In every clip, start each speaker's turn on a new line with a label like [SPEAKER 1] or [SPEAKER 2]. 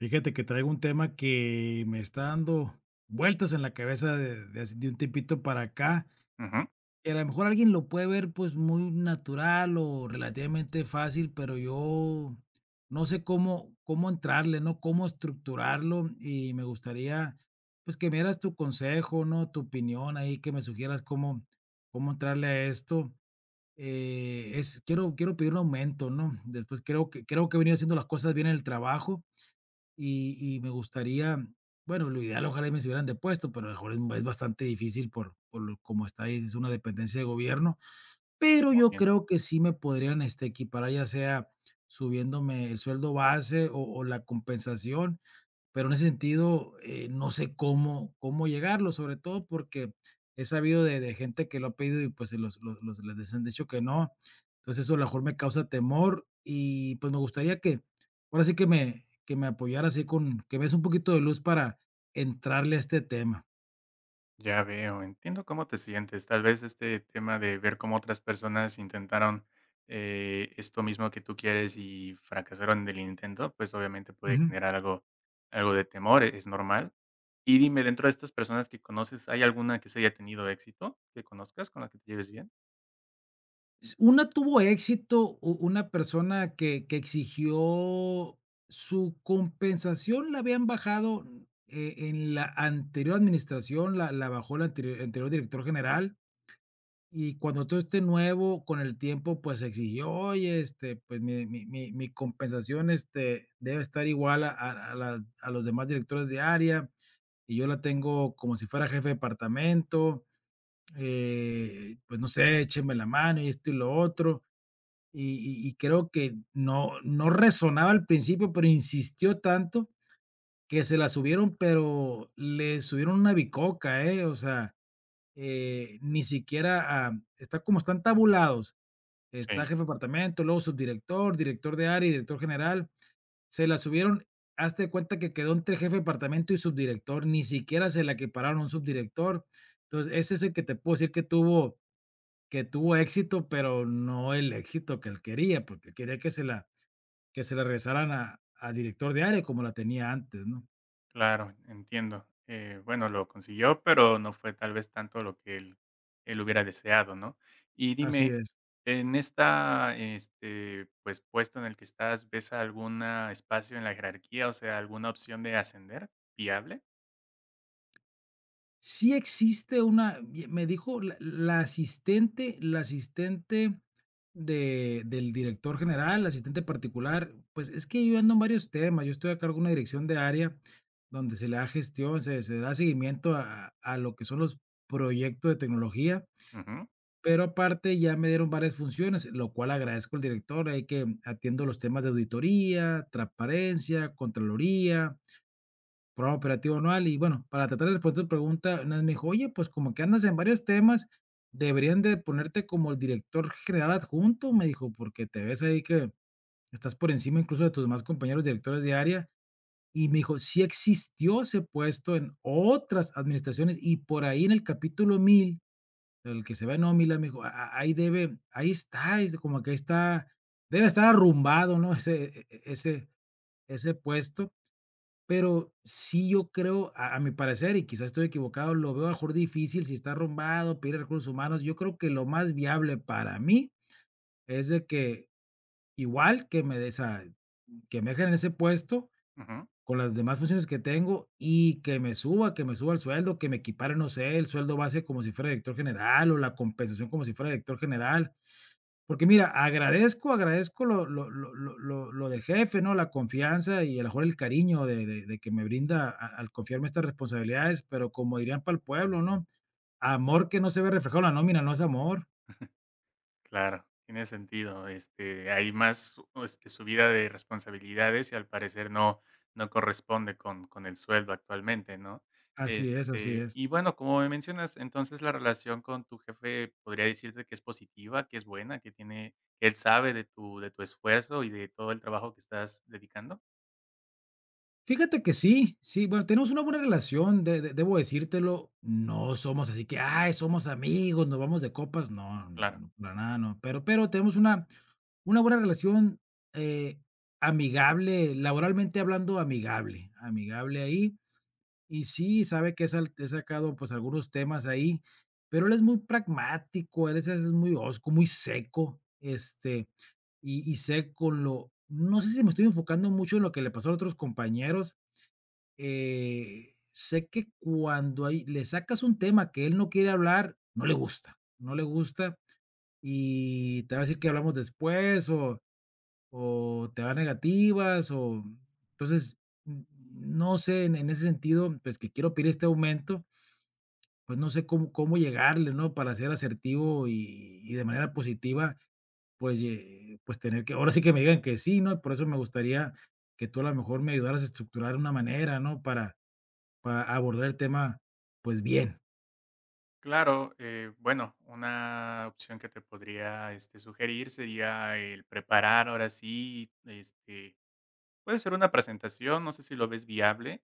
[SPEAKER 1] Fíjate que traigo un tema que me está dando vueltas en la cabeza de un tiempito para acá.
[SPEAKER 2] Ujú,
[SPEAKER 1] Y a lo mejor alguien lo puede ver pues muy natural o relativamente fácil, pero yo no sé cómo entrarle, ¿no? Cómo estructurarlo y me gustaría pues que me dieras tu consejo, ¿no? Tu opinión ahí, que me sugieras cómo entrarle a esto. Quiero pedir un aumento, ¿no? Después creo que he venido haciendo las cosas bien en el trabajo y me gustaría, bueno, lo ideal, ojalá y me hubieran depuesto pero a lo mejor es bastante difícil por lo como está ahí, es una dependencia de gobierno. Pero yo
[SPEAKER 2] bien,
[SPEAKER 1] creo que sí me podrían, este, equiparar, ya sea subiéndome el sueldo base o la compensación, pero en ese sentido, no sé cómo llegarlo, sobre todo porque he sabido de gente que lo ha pedido y, pues, se los les han dicho que no. Entonces, eso a lo mejor me causa temor y, pues, me gustaría que, ahora sí que me apoyara así con que me des un poquito de luz para entrarle a este tema.
[SPEAKER 2] ya veo, entiendo cómo te sientes. Tal vez este tema de ver cómo otras personas intentaron esto mismo que tú quieres y fracasaron en el intento, pues obviamente puede
[SPEAKER 1] Ujú.
[SPEAKER 2] generar algo, algo de temor, es normal. Y dime, dentro de estas personas que conoces, ¿hay alguna que se haya tenido éxito que conozcas con la que te lleves bien?
[SPEAKER 1] S Una tuvo éxito, u una persona que exigió su compensación, la habían bajado, en la anterior administración, la bajó el anterior director general, y cuando todo este nuevo, con el tiempo, pues, exigió: "Oye, este, pues, mi compensación, este, debe estar igual a los demás directores de área, y yo la tengo como si fuera jefe de departamento, pues, no sé, échenme la mano", y esto y lo otro. Y creo que no resonaba al principio, pero insistió tanto que se la subieron, pero le subieron una bicoca, ¿eh? O sea, ni siquiera, está como están tabulados, está
[SPEAKER 2] Sí.
[SPEAKER 1] jefe de departamento, luego subdirector, director de área y director general, se la subieron, hazte de cuenta que quedó entre jefe de departamento y subdirector, ni siquiera se la equipararon a un subdirector. Entonces, ese es el que te puedo decir que tuvo éxito, pero no el éxito que él quería, porque él quería que se la regresaran a al director de área como la tenía antes, ¿no?
[SPEAKER 2] Claro, entiendo. Bueno, lo consiguió, pero no fue tal vez tanto lo que él hubiera deseado, ¿no? Y
[SPEAKER 1] Así
[SPEAKER 2] dime,
[SPEAKER 1] es.
[SPEAKER 2] en esta, este, pues, puesto en el que estás, ¿ves algún espacio en la jerarquía, o sea, alguna opción de ascender viable?
[SPEAKER 1] Sí existe una y me dijo la asistente de del director general, la asistente particular, pues, es que yo ando en varios temas, yo estoy a cargo de una dirección de área donde se le da gestión, se da seguimiento a lo que son los proyectos de tecnología.
[SPEAKER 2] Ujú,
[SPEAKER 1] Pero aparte ya me dieron varias funciones, lo cual agradezco al director, ahí que atiendo los temas de auditoría, transparencia, contraloría, programa operativo anual y bueno, para tratar de responder tu pregunta, una vez me dijo, oye, pues como que andas en varios temas, deberían de ponerte como el director general adjunto, me dijo, porque te ves ahí que estás por encima incluso de tus demás compañeros directores de área. Y me dijo, sí existió ese puesto en otras administraciones y por ahí en el capítulo 1000 el que se va en Ómnila me dijo: Ahí debe ahí está", dice, como que ahí está, debe estar arrumbado, ¿no? Ese e e ese ese puesto, pero sí yo creo, a mi parecer, y quizás estoy equivocado, lo veo a lo mejor difícil si está arrumbado, pedir recursos humanos. Yo creo que lo más viable para mí es de que igual que me dejen en ese puesto
[SPEAKER 2] ujú.
[SPEAKER 1] con las demás funciones que tengo y que me suba el sueldo, que me equipare, no sé, el sueldo base como si fuera director general o la compensación como si fuera director general. Porque mira, agradezco lo del jefe, ¿no? La confianza y a lo mejor el cariño de que me brinda a al confiarme estas responsabilidades, pero como dirían para el pueblo, ¿no? Amor que no se ve reflejado en la nómina no es amor.
[SPEAKER 2] Claro, tiene sentido. Este, hay más, o este, subida de responsabilidades y al parecer no, no corresponde con el sueldo actualmente, ¿no?
[SPEAKER 1] Así es, así
[SPEAKER 2] Este,
[SPEAKER 1] es.
[SPEAKER 2] y bueno, como me mencionas, entonces la relación con tu jefe podría decirte que es positiva, que es buena, que tiene, que él sabe de tu esfuerzo y de todo el trabajo que estás dedicando.
[SPEAKER 1] Fíjate que sí, sí, bueno, tenemos una buena relación, de debo decírtelo, no somos así que, ay, somos amigos, nos vamos de copas, no, no,
[SPEAKER 2] Claro.
[SPEAKER 1] no, para nada, no, pero tenemos una buena relación, eh, amigable, laboralmente hablando, amigable, amigable ahí, y sí, sabe que he sacado, pues, algunos temas ahí, pero él es muy pragmático, él es muy hosco, muy seco, este, y sé con lo no sé si me estoy enfocando mucho en lo que le pasó a otros compañeros, sé que cuando ahí le sacas un tema que él no quiere hablar, no le gusta, no le gusta y te va a decir que hablamos después o te va a negativas o entonces n- no sé en ese sentido, pues que quiero pedir este aumento, pues no sé cómo llegarle, ¿no? Para ser asertivo y de manera positiva, pues tener que, ahora sí que me digan que sí, ¿no? Por eso me gustaría que tú a lo mejor me ayudaras a estructurar una manera, ¿no? Para abordar el tema, pues bien.
[SPEAKER 2] Claro, bueno, una opción que te podría este, sugerir sería el preparar ahora sí, este, puede ser una presentación, no sé si lo ves viable,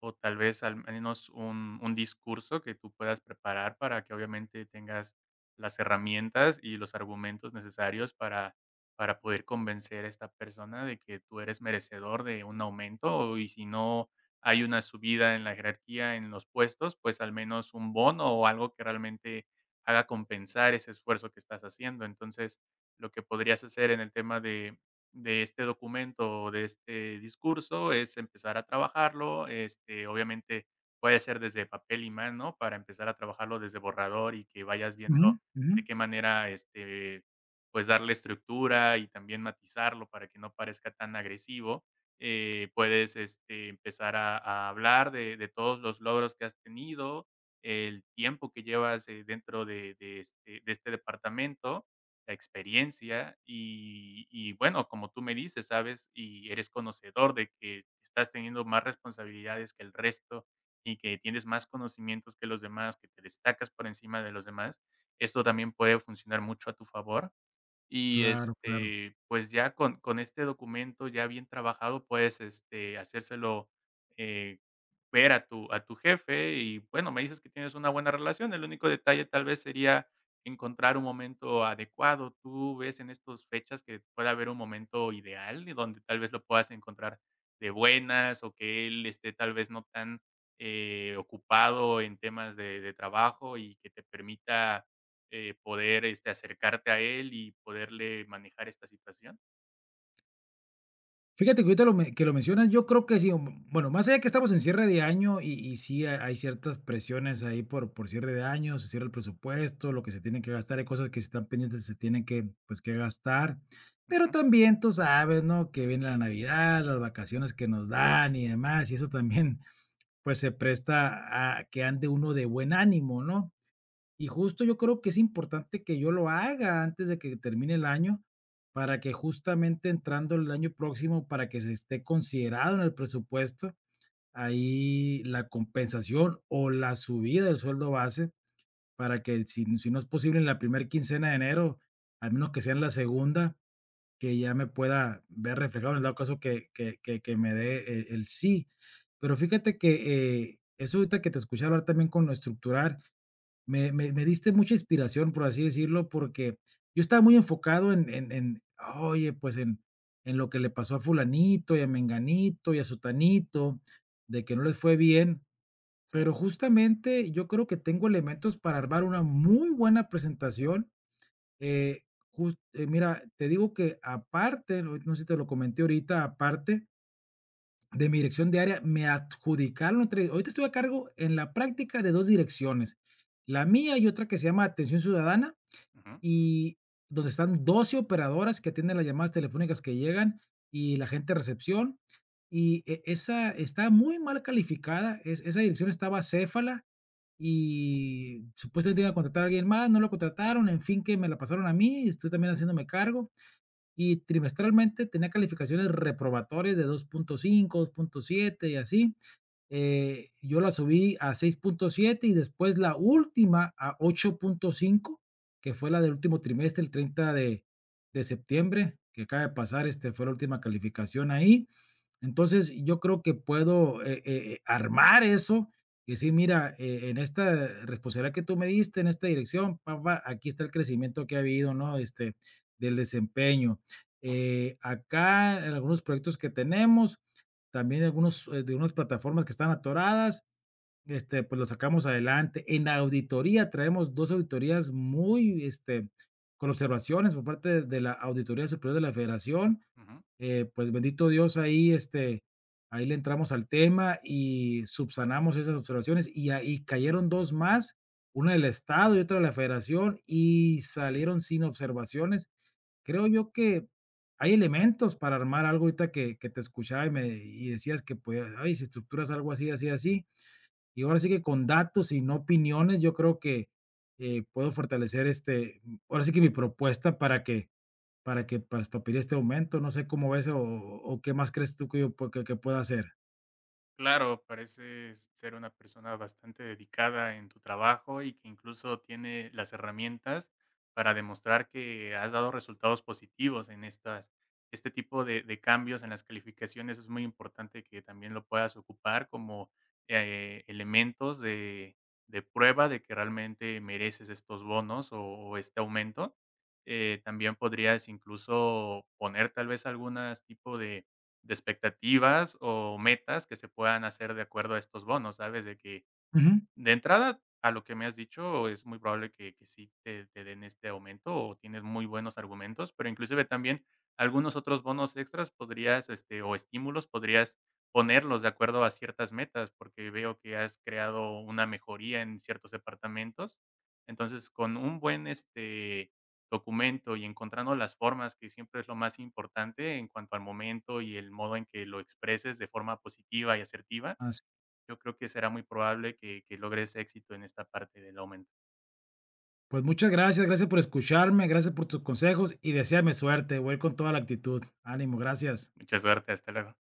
[SPEAKER 2] o tal vez al menos un discurso que tú puedas preparar para que obviamente tengas las herramientas y los argumentos necesarios para poder convencer a esta persona de que tú eres merecedor de un aumento y si no hay una subida en la jerarquía, en los puestos, pues al menos un bono o algo que realmente haga compensar ese esfuerzo que estás haciendo. Entonces, lo que podrías hacer en el tema de este documento o de este discurso es empezar a trabajarlo, este, obviamente puede ser desde papel y mano para empezar a trabajarlo desde borrador y que vayas
[SPEAKER 1] Ujú,
[SPEAKER 2] viendo
[SPEAKER 1] ujú.
[SPEAKER 2] de qué manera, este, pues darle estructura y también matizarlo para que no parezca tan agresivo. Puedes este, empezar a hablar de todos los logros que has tenido, el tiempo que llevas dentro de este departamento, la experiencia y bueno, como tú me dices, ¿sabes? Y eres conocedor de que estás teniendo más responsabilidades que el resto y que tienes más conocimientos que los demás, que te destacas por encima de los demás, esto también puede funcionar mucho a tu favor. Y,
[SPEAKER 1] Claro, claro.
[SPEAKER 2] este, pues, ya con este documento ya bien trabajado, puedes, este, hacérselo, eh, ver a tu jefe y, bueno, me dices que tienes una buena relación. El único detalle tal vez sería encontrar un momento adecuado. ¿Tú ves en estas fechas que pueda haber un momento ideal y donde tal vez lo puedas encontrar de buenas o que él esté tal vez no tan, ocupado en temas de trabajo y que te permita poder, este, acercarte a él y poderle manejar esta situación?
[SPEAKER 1] Fíjate que ahorita lo me que lo mencionas, yo creo que sí, bueno, más allá que estamos en cierre de año y sí ha hay ciertas presiones ahí por cierre de año, se cierra el presupuesto, lo que se tiene que gastar, hay cosas que si están pendientes se tienen que, pues, que gastar, pero
[SPEAKER 2] Ujú,
[SPEAKER 1] también tú sabes, ¿no?, que viene la Navidad, las vacaciones que nos dan y demás, y eso también, pues, se presta a que ande uno de buen ánimo, ¿no? Y justo yo creo que es importante que yo lo haga antes de que termine el año, para que justamente entrando el año próximo, para que se esté considerado en el presupuesto, ahí la compensación o la subida del sueldo base, para que si, si no es posible en la primera quincena de enero, al menos que sea en la segunda, que ya me pueda ver reflejado en el dado caso que me dé el sí. Pero fíjate que eso ahorita que te escuché hablar también con lo estructurar, me diste mucha inspiración, por así decirlo, porque yo estaba muy enfocado oye, pues en lo que le pasó a fulanito y a menganito y a sutanito, de que no les fue bien,
[SPEAKER 2] sí,
[SPEAKER 1] pero justamente yo creo que tengo elementos para armar una muy buena presentación. eh, mira, te digo que aparte, no sé si te lo comenté ahorita, aparte, de mi dirección de área me adjudicaron entre ahorita estoy a cargo en la práctica de 2 direcciones, la mía y otra que se llama Atención Ciudadana,
[SPEAKER 2] ujú,
[SPEAKER 1] y donde están 12 operadoras que atienden las llamadas telefónicas que llegan y la gente de recepción, y esa está muy mal calificada, es esa dirección estaba acéfala y supuestamente iban a contratar a alguien más, no lo contrataron, en fin, que me la pasaron a mí, estoy también haciéndome cargo y trimestralmente tenía calificaciones reprobatorias de 2.5, 2.7 y así. Yo la subí a 6.7 y después la última a 8.5, que fue la del último trimestre, el 30 de septiembre, que acaba de pasar, este, fue la última calificación ahí. Entonces, yo creo que puedo, armar eso y decir: "Mira, en esta responsabilidad que tú me diste, en esta dirección, pa, aquí está el crecimiento que ha habido, ¿no? Este, del desempeño". Acá, en algunos proyectos que tenemos, también algunos, de unas plataformas que están atoradas, este, pues lo sacamos adelante. En la auditoría traemos 2 auditorías muy, este, con observaciones por parte de la Auditoría Superior de la Federación.
[SPEAKER 2] ujú.
[SPEAKER 1] Pues bendito Dios, ahí, este, ahí le entramos al tema y subsanamos esas observaciones y ahí cayeron 2 más, una del Estado y otra de la Federación y salieron sin observaciones. Creo yo que hay elementos para armar algo ahorita que te escuchaba y decías que, pues, ay, si estructuras algo así, así, así, y ahora sí que con datos y no opiniones, yo creo que, puedo fortalecer, este, ahora sí que mi propuesta para que para que para pedir este aumento, no sé cómo ves o qué más crees tú que yo pue que pueda hacer.
[SPEAKER 2] Claro, pareces ser una persona bastante dedicada en tu trabajo y que incluso tiene las herramientas para demostrar que has dado resultados positivos en estas, este tipo de cambios en las calificaciones. Es muy importante que también lo puedas ocupar como elementos de prueba de que realmente mereces estos bonos o este aumento. También podrías incluso poner tal vez algunas tipo de expectativas o metas que se puedan hacer de acuerdo a estos bonos, ¿sabes? De que
[SPEAKER 1] Ujú,
[SPEAKER 2] de entrada, a lo que me has dicho, es muy probable que sí te den este aumento, o tienes muy buenos argumentos, pero inclusive también algunos otros bonos extras podrías, este, o estímulos, podrías ponerlos de acuerdo a ciertas metas, porque veo que has creado una mejoría en ciertos departamentos. Entonces, con un buen, este, documento y encontrando las formas, que siempre es lo más importante en cuanto al momento y el modo en que lo expreses de forma positiva y asertiva,
[SPEAKER 1] así.
[SPEAKER 2] yo creo que será muy probable que logres éxito en esta parte del aumento.
[SPEAKER 1] Pues muchas gracias, gracias por escucharme, gracias por tus consejos y deséame suerte, voy a ir con toda la actitud. Ánimo, gracias.
[SPEAKER 2] Mucha suerte, hasta luego.